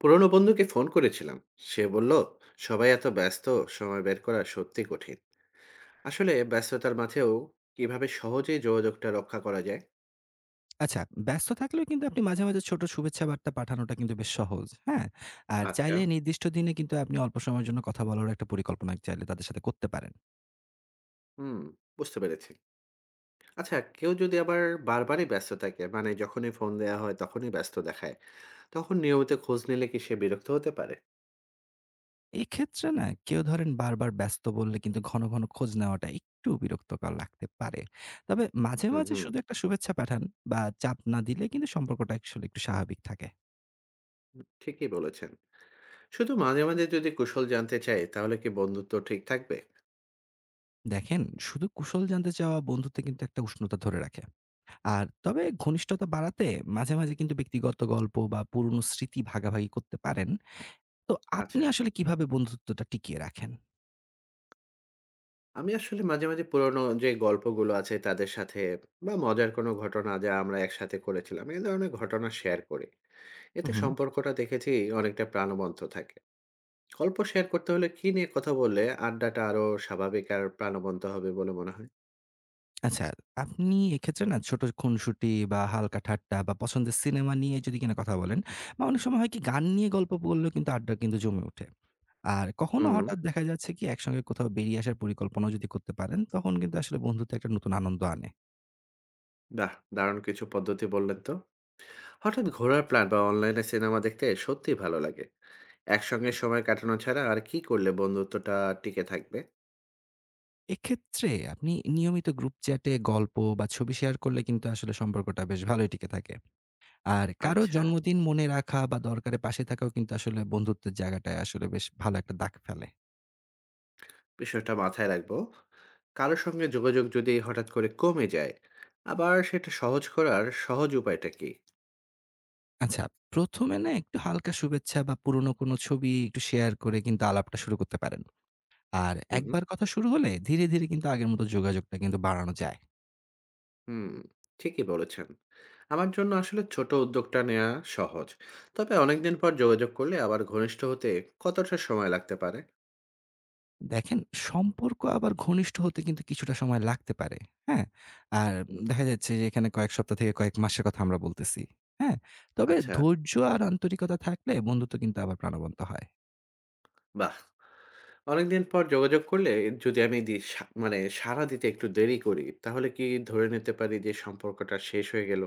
পুরনো বন্ধুকে ফোন করেছিলাম। সে বলল সবাই এত ব্যস্ত, সময় বের করা সত্যি কঠিন। আসলে ব্যস্ততার মাঝেও কিভাবে সহজে যোগাযোগটা রক্ষা করা যায়? আচ্ছা, ব্যস্ত থাকলেও কিন্তু আপনি মাঝে, মাঝে ছোট শুভেচ্ছা বার্তা পাঠানোটা কিন্তু বেশ সহজ। হ্যাঁ? আর আচ্ছা, চাইলে নির্দিষ্ট দিনে কিন্তু আপনি অল্প সময়ের জন্য কথা বলারও একটা পরিকল্পনা চাইলে তাদের সাথে করতে পারেন। হুম, বুঝতে পেরেছি। আচ্ছা, কেউ যদি আবার বারবারই ব্যস্ত থাকে, মানে যখনই ফোন দেওয়া হয় তখনই ব্যস্ত দেখায়, তখন নিয়মিত খোঁজ নিলে কি সে বিরক্ত হতে পারে? এক্ষেত্রে না কেউ ধরেন বারবার ব্যস্ত বললে কিন্তু ঘন, ঘন খোঁজ নেওয়াটা একটু বিরক্তকর লাগতে পারে। তবে মাঝে, হুম, মাঝে হুম। শুধু একটা শুভেচ্ছা পাঠান বা চাপ না দিলে কিন্তু সম্পর্কটা আসলে একটু স্বাভাবিক থাকে। ঠিকই বলেছেন। শুধু মাঝে মাঝে যদি কুশল জানতে চাই তাহলে কি বন্ধুত্ব ঠিক থাকবে? দেখেন শুধু কুশল জানতে চাওয়া বন্ধুত্বে কিন্তু একটা উষ্ণতা ধরে রাখে। আর তবে ঘনিষ্ঠতা বাড়াতে মাঝে, মাঝে কিন্তু ব্যক্তিগত গল্প বা পুরনো স্মৃতি ভাগাভাগি করতে পারেন। তো আপনি আচ্ছা, আসলে কিভাবে বন্ধুত্বটা টিকিয়ে রাখেন? আমি আসলে মাঝে, মাঝে পুরনো যে গল্পগুলো আছে তাদের সাথে বা মজার কোনো ঘটনা যা আমরা একসাথে করেছিলাম, এই ধরনের ঘটনা শেয়ার করি। হুম, এতে হুম। সম্পর্কটা দেখেছি অনেকটা প্রাণবন্ত থাকে। গল্প শেয়ার করতে হলে কী নিয়ে কথা বললে আড্ডাটা আরো স্বাভাবিক আর প্রাণবন্ত হবে বলে মনে হয়? আচ্ছা, আপনি এক্ষেত্রে না ছোট খুনসুটি বা হালকা ঠাট্টা বা পছন্দের সিনেমা নিয়ে যদি কিনা কথা বলেন বা অনেক সময় হয় কি গান নিয়ে গল্প বললেও কিন্তু আড্ডা কিন্তু জমে ওঠে। আর কখনো হুম, হঠাৎ দেখা যাচ্ছে কি একসঙ্গে কোথাও বেরিয়ে আসার পরিকল্পনাও যদি করতে পারেন, তখন কিন্তু আসলে বন্ধুত্বে একটা নতুন আনন্দ আনে। বাহ! দারুণ কিছু পদ্ধতি বললেন তো। হঠাৎ ঘোরার প্ল্যান বা অনলাইনে সিনেমা দেখতে সত্যিই ভালো লাগে। একসঙ্গে সময় কাটানো ছাড়া আর কী করলে বন্ধুত্বটা টিকে থাকবে? এক্ষেত্রে আপনি নিয়মিত গ্রুপ চ্যাটে গল্প বা ছবি শেয়ার করলে কিন্তু আসলে সম্পর্কটা বেশ ভালোই টিকে থাকে। আর কারো আচ্ছা। জন্মদিন মনে রাখা বা দরকারে পাশে থাকাও কিন্তু আসলে বন্ধুত্বের জায়গাটায় আসলে বেশ ভালো একটা দাগ ফেলে। বিষয়টা মাথায় রাখবো। কারো সঙ্গে যোগাযোগ যদি হঠাৎ করে কমে যায়, আবার সেটা সহজ করার সহজ উপায়টা কি? আচ্ছা, ১ম এ না একটু হালকা শুভেচ্ছা বা পুরনো কোনো ছবি একটু শেয়ার করে কিন্তু আলাপটা শুরু করতে পারেন। আর হুম, হুম। একবার কথা শুরু হলে ধীরে, ধীরে কিন্তু আগের মতো যোগাযোগটা কিন্তু বাড়ানো যায়। হুম, ঠিকই বলেছেন। আমার জন্য আসলে ছোট উদ্যোগটা নেওয়া সহজ। তবে অনেকদিন পর যোগাযোগ করলে আবার ঘনিষ্ঠ হতে কতটা সময় লাগতে পারে? দেখেন, সম্পর্ক আবার ঘনিষ্ঠ হতে কিন্তু কিছুটা সময় লাগতে পারে। হ্যাঁ? আর হুম। দেখা যাচ্ছে যে এখানে কয়েক সপ্তাহ থেকে কয়েক মাসের কথা আমরা বলতেছি। হ্যাঁ? তবে আচ্ছা, ধৈর্য আর আন্তরিকতা থাকলে বন্ধুত্ব কিন্তু আবার প্রাণবন্ত হয়। বাহ! অনেকদিন পর যোগাযোগ করলে যদি আমি দি সা মানে সাড়া দিতে একটু দেরি করি, তাহলে কি ধরে নিতে পারি যে সম্পর্কটা শেষ হয়ে গেল?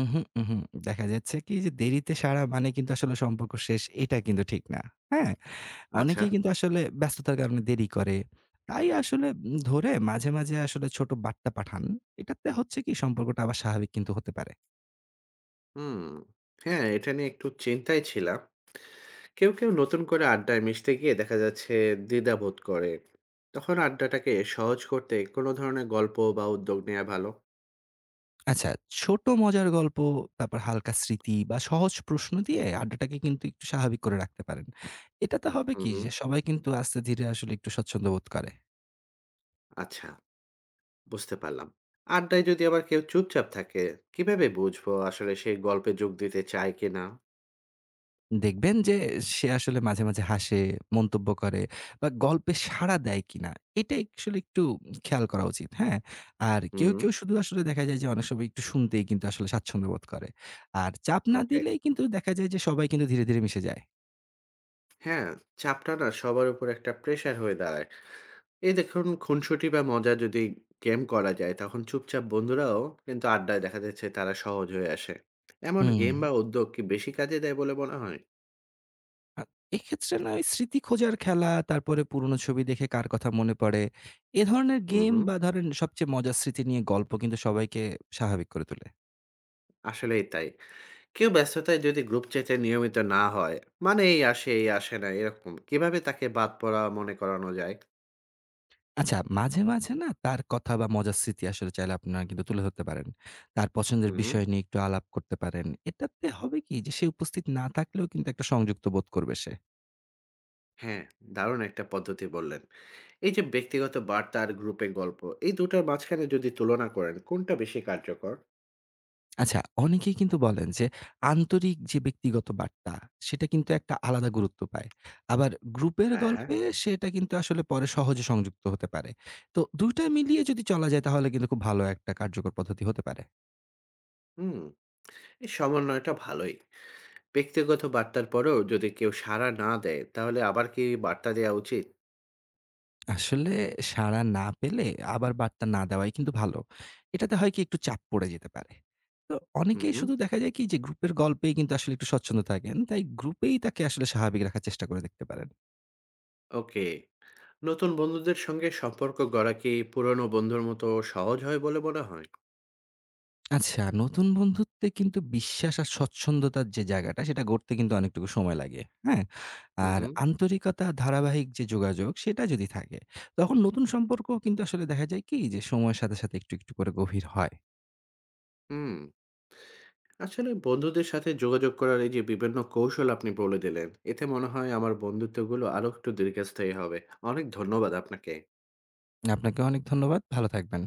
উহু, উহু। দেখা যাচ্ছে কি যে দেরিতে সাড়া মানে কিন্তু আসলে সম্পর্ক শেষ এটা কিন্তু ঠিক না। হ্যাঁ? আচ্ছা, অনেকেই কিন্তু আসলে ব্যস্ততার কারণে দেরি করে। তাই আসলে ধরে মাঝে, মাঝে আসলে ছোট বার্তা পাঠান। এটাতে হচ্ছে কি সম্পর্কটা আবার স্বাভাবিক কিন্তু হতে পারে। হুম। হ্যাঁ, এটা নিয়ে একটু চিন্তায় ছিলাম। কেউ, কেউ নতুন করে আড্ডায় মিশতে গিয়ে দেখা যাচ্ছে দ্বিধাবোধ করে। তখন আড্ডাটাকে সহজ করতে কোনো ধরনের গল্প বা উদ্যোগ নেয়া ভালো? আচ্ছা, ছোট মজার গল্প, তারপর হালকা স্মৃতি বা সহজ প্রশ্ন দিয়ে আড্ডাটাকে কিন্তু একটু স্বাভাবিক করে রাখতে পারেন। এটাতে হবে হুম, কি হুম। যে সবাই কিন্তু আস্তে ধীরে আসলে একটু স্বচ্ছন্দ বোধ করে। আচ্ছা, বুঝতে পারলাম। আড্ডায় যদি আবার কেউ চুপচাপ থাকে, কিভাবে বুঝবো আসলে সে গল্পে যোগ দিতে চায় কিনা? দেখবেন যে সে আসলে মাঝে, মাঝে হাসে, মন্তব্য করে বা গল্পে সাড়া দেয় কিনা এটা আসলে একটু খেয়াল করা উচিত, হ্যাঁ? আর কেউ, হুম, কেউ শুধু আসলে দেখা যায় যে অনেক সময় একটু শুনতেই কিন্তু আসলে স্বাচ্ছন্দ্য বোধ করে। আর চাপ না ওকে। দিলেই কিন্তু দেখা যায় যে সবাই কিন্তু ধীরে, ধীরে মিশে যায়। হ্যাঁ, চাপটা না সবার উপর একটা প্রেশার হয়ে দাঁড়ায়। এই দেখুন খুনসুটি বা মজা যদি গেম করা যায়, তখন চুপচাপ বন্ধুরাও কিন্তু আড্ডায় দেখা যাচ্ছে তারা সহজ হয়ে আসে। এমন হুম। গেম বা উদ্যোগ কি বেশি কাজে দেয় বলে মনে হয়? আ এক্ষেত্রে না ওই স্মৃতি খোঁজার খেলা, তারপরে পুরনো ছবি দেখে কার কথা মনে পড়ে, এ ধরনের হুম, গেম হুম। বা ধরেন সবচেয়ে মজার স্মৃতি নিয়ে গল্প কিন্তু সবাইকে স্বাভাবিক করে তোলে। আসলেই তাই। কেউ ব্যস্ততায় যদি গ্রুপ চ্যাটে নিয়মিত না হয়, মানে এই আসে, এই আসে না, এরকম কিভাবে তাকে বাদ পড়া মনে করানো যায়? আচ্ছা মাঝে, মাঝে না তার কথা বা মজার স্মৃতি আসলে চাইলে আপনারা কিন্তু তুলে ধরতে পারেন। তার পছন্দের হুম, হুম। বিষয় নিয়ে একটু আলাপ করতে পারেন। এটাতে হবে কি যে সে উপস্থিত না থাকলেও কিন্তু একটা সংযুক্ত বোধ করবে সে। হ্যাঁ, দারুণ একটা পদ্ধতি বললেন। এই যে ব্যক্তিগত বার্তা আর গ্রুপে গল্প, এই দুটার মাঝখানে যদি তুলনা করেন কোনটা বেশি কার্যকর? আচ্ছা, অনেকেই কিন্তু বলেন যে আন্তরিক যে ব্যক্তিগত বার্তা, সেটা কিন্তু একটা আলাদা গুরুত্ব পায়। আবার গ্রুপের হ্যাঁ, হ্যাঁ। গল্পে সেটা কিন্তু আসলে পরে সহজে সংযুক্ত হতে পারে। তো ২ টা মিলিয়ে যদি চলা যায় তাহলে কিন্তু খুব ভালো একটা কার্যকর পদ্ধতি হতে পারে। হুম, এই সমন্বয়টা ভালোই। ব্যক্তিগত বার্তার পরেও যদি কেউ সাড়া না দেয় তাহলে আবার কি বার্তা দেয়া উচিত? আসলে সাড়া না পেলে আবার বার্তা না দেওয়াই কিন্তু ভালো। এটাতে হয় কি একটু চাপ পড়ে যেতে পারে। তো হুম, অনেকেই হুম। শুধু দেখা যায় কি যে গ্রুপের গল্পেই কিন্তু আসলে একটু স্বচ্ছন্দ থাকেন। তাই গ্রুপেই তাকে আসলে স্বাভাবিক রাখার চেষ্টা করে দেখতে পারেন। ওকে। নতুন বন্ধুদের সঙ্গে সম্পর্ক গড়া কি পুরনো বন্ধুর মতো সহজ হয় বলে মনে হয়? আচ্ছা, নতুন বন্ধুত্বে কিন্তু বিশ্বাস আর স্বচ্ছন্দতার যে জায়গাটা সেটা গড়তে কিন্তু অনেকটুকু সময় লাগে। হ্যাঁ? হুম আর হুম আন্তরিকতা, ধারাবাহিক যে যোগাযোগ সেটা যদি থাকে, তখন নতুন সম্পর্ক কিন্তু আসলে দেখা যায় কি যে সময়ের সাথে, সাথে একটু, একটু করে গভীর হয়। হুম আসলে বন্ধুদের সাথে যোগাযোগ করার এই যে বিভিন্ন কৌশল আপনি বলে দিলেন, এতে মনে হয় আমার বন্ধুত্বগুলো আরো একটু দীর্ঘস্থায়ী হবে। অনেক ধন্যবাদ আপনাকে। আপনাকে অনেক ধন্যবাদ। ভালো থাকবেন।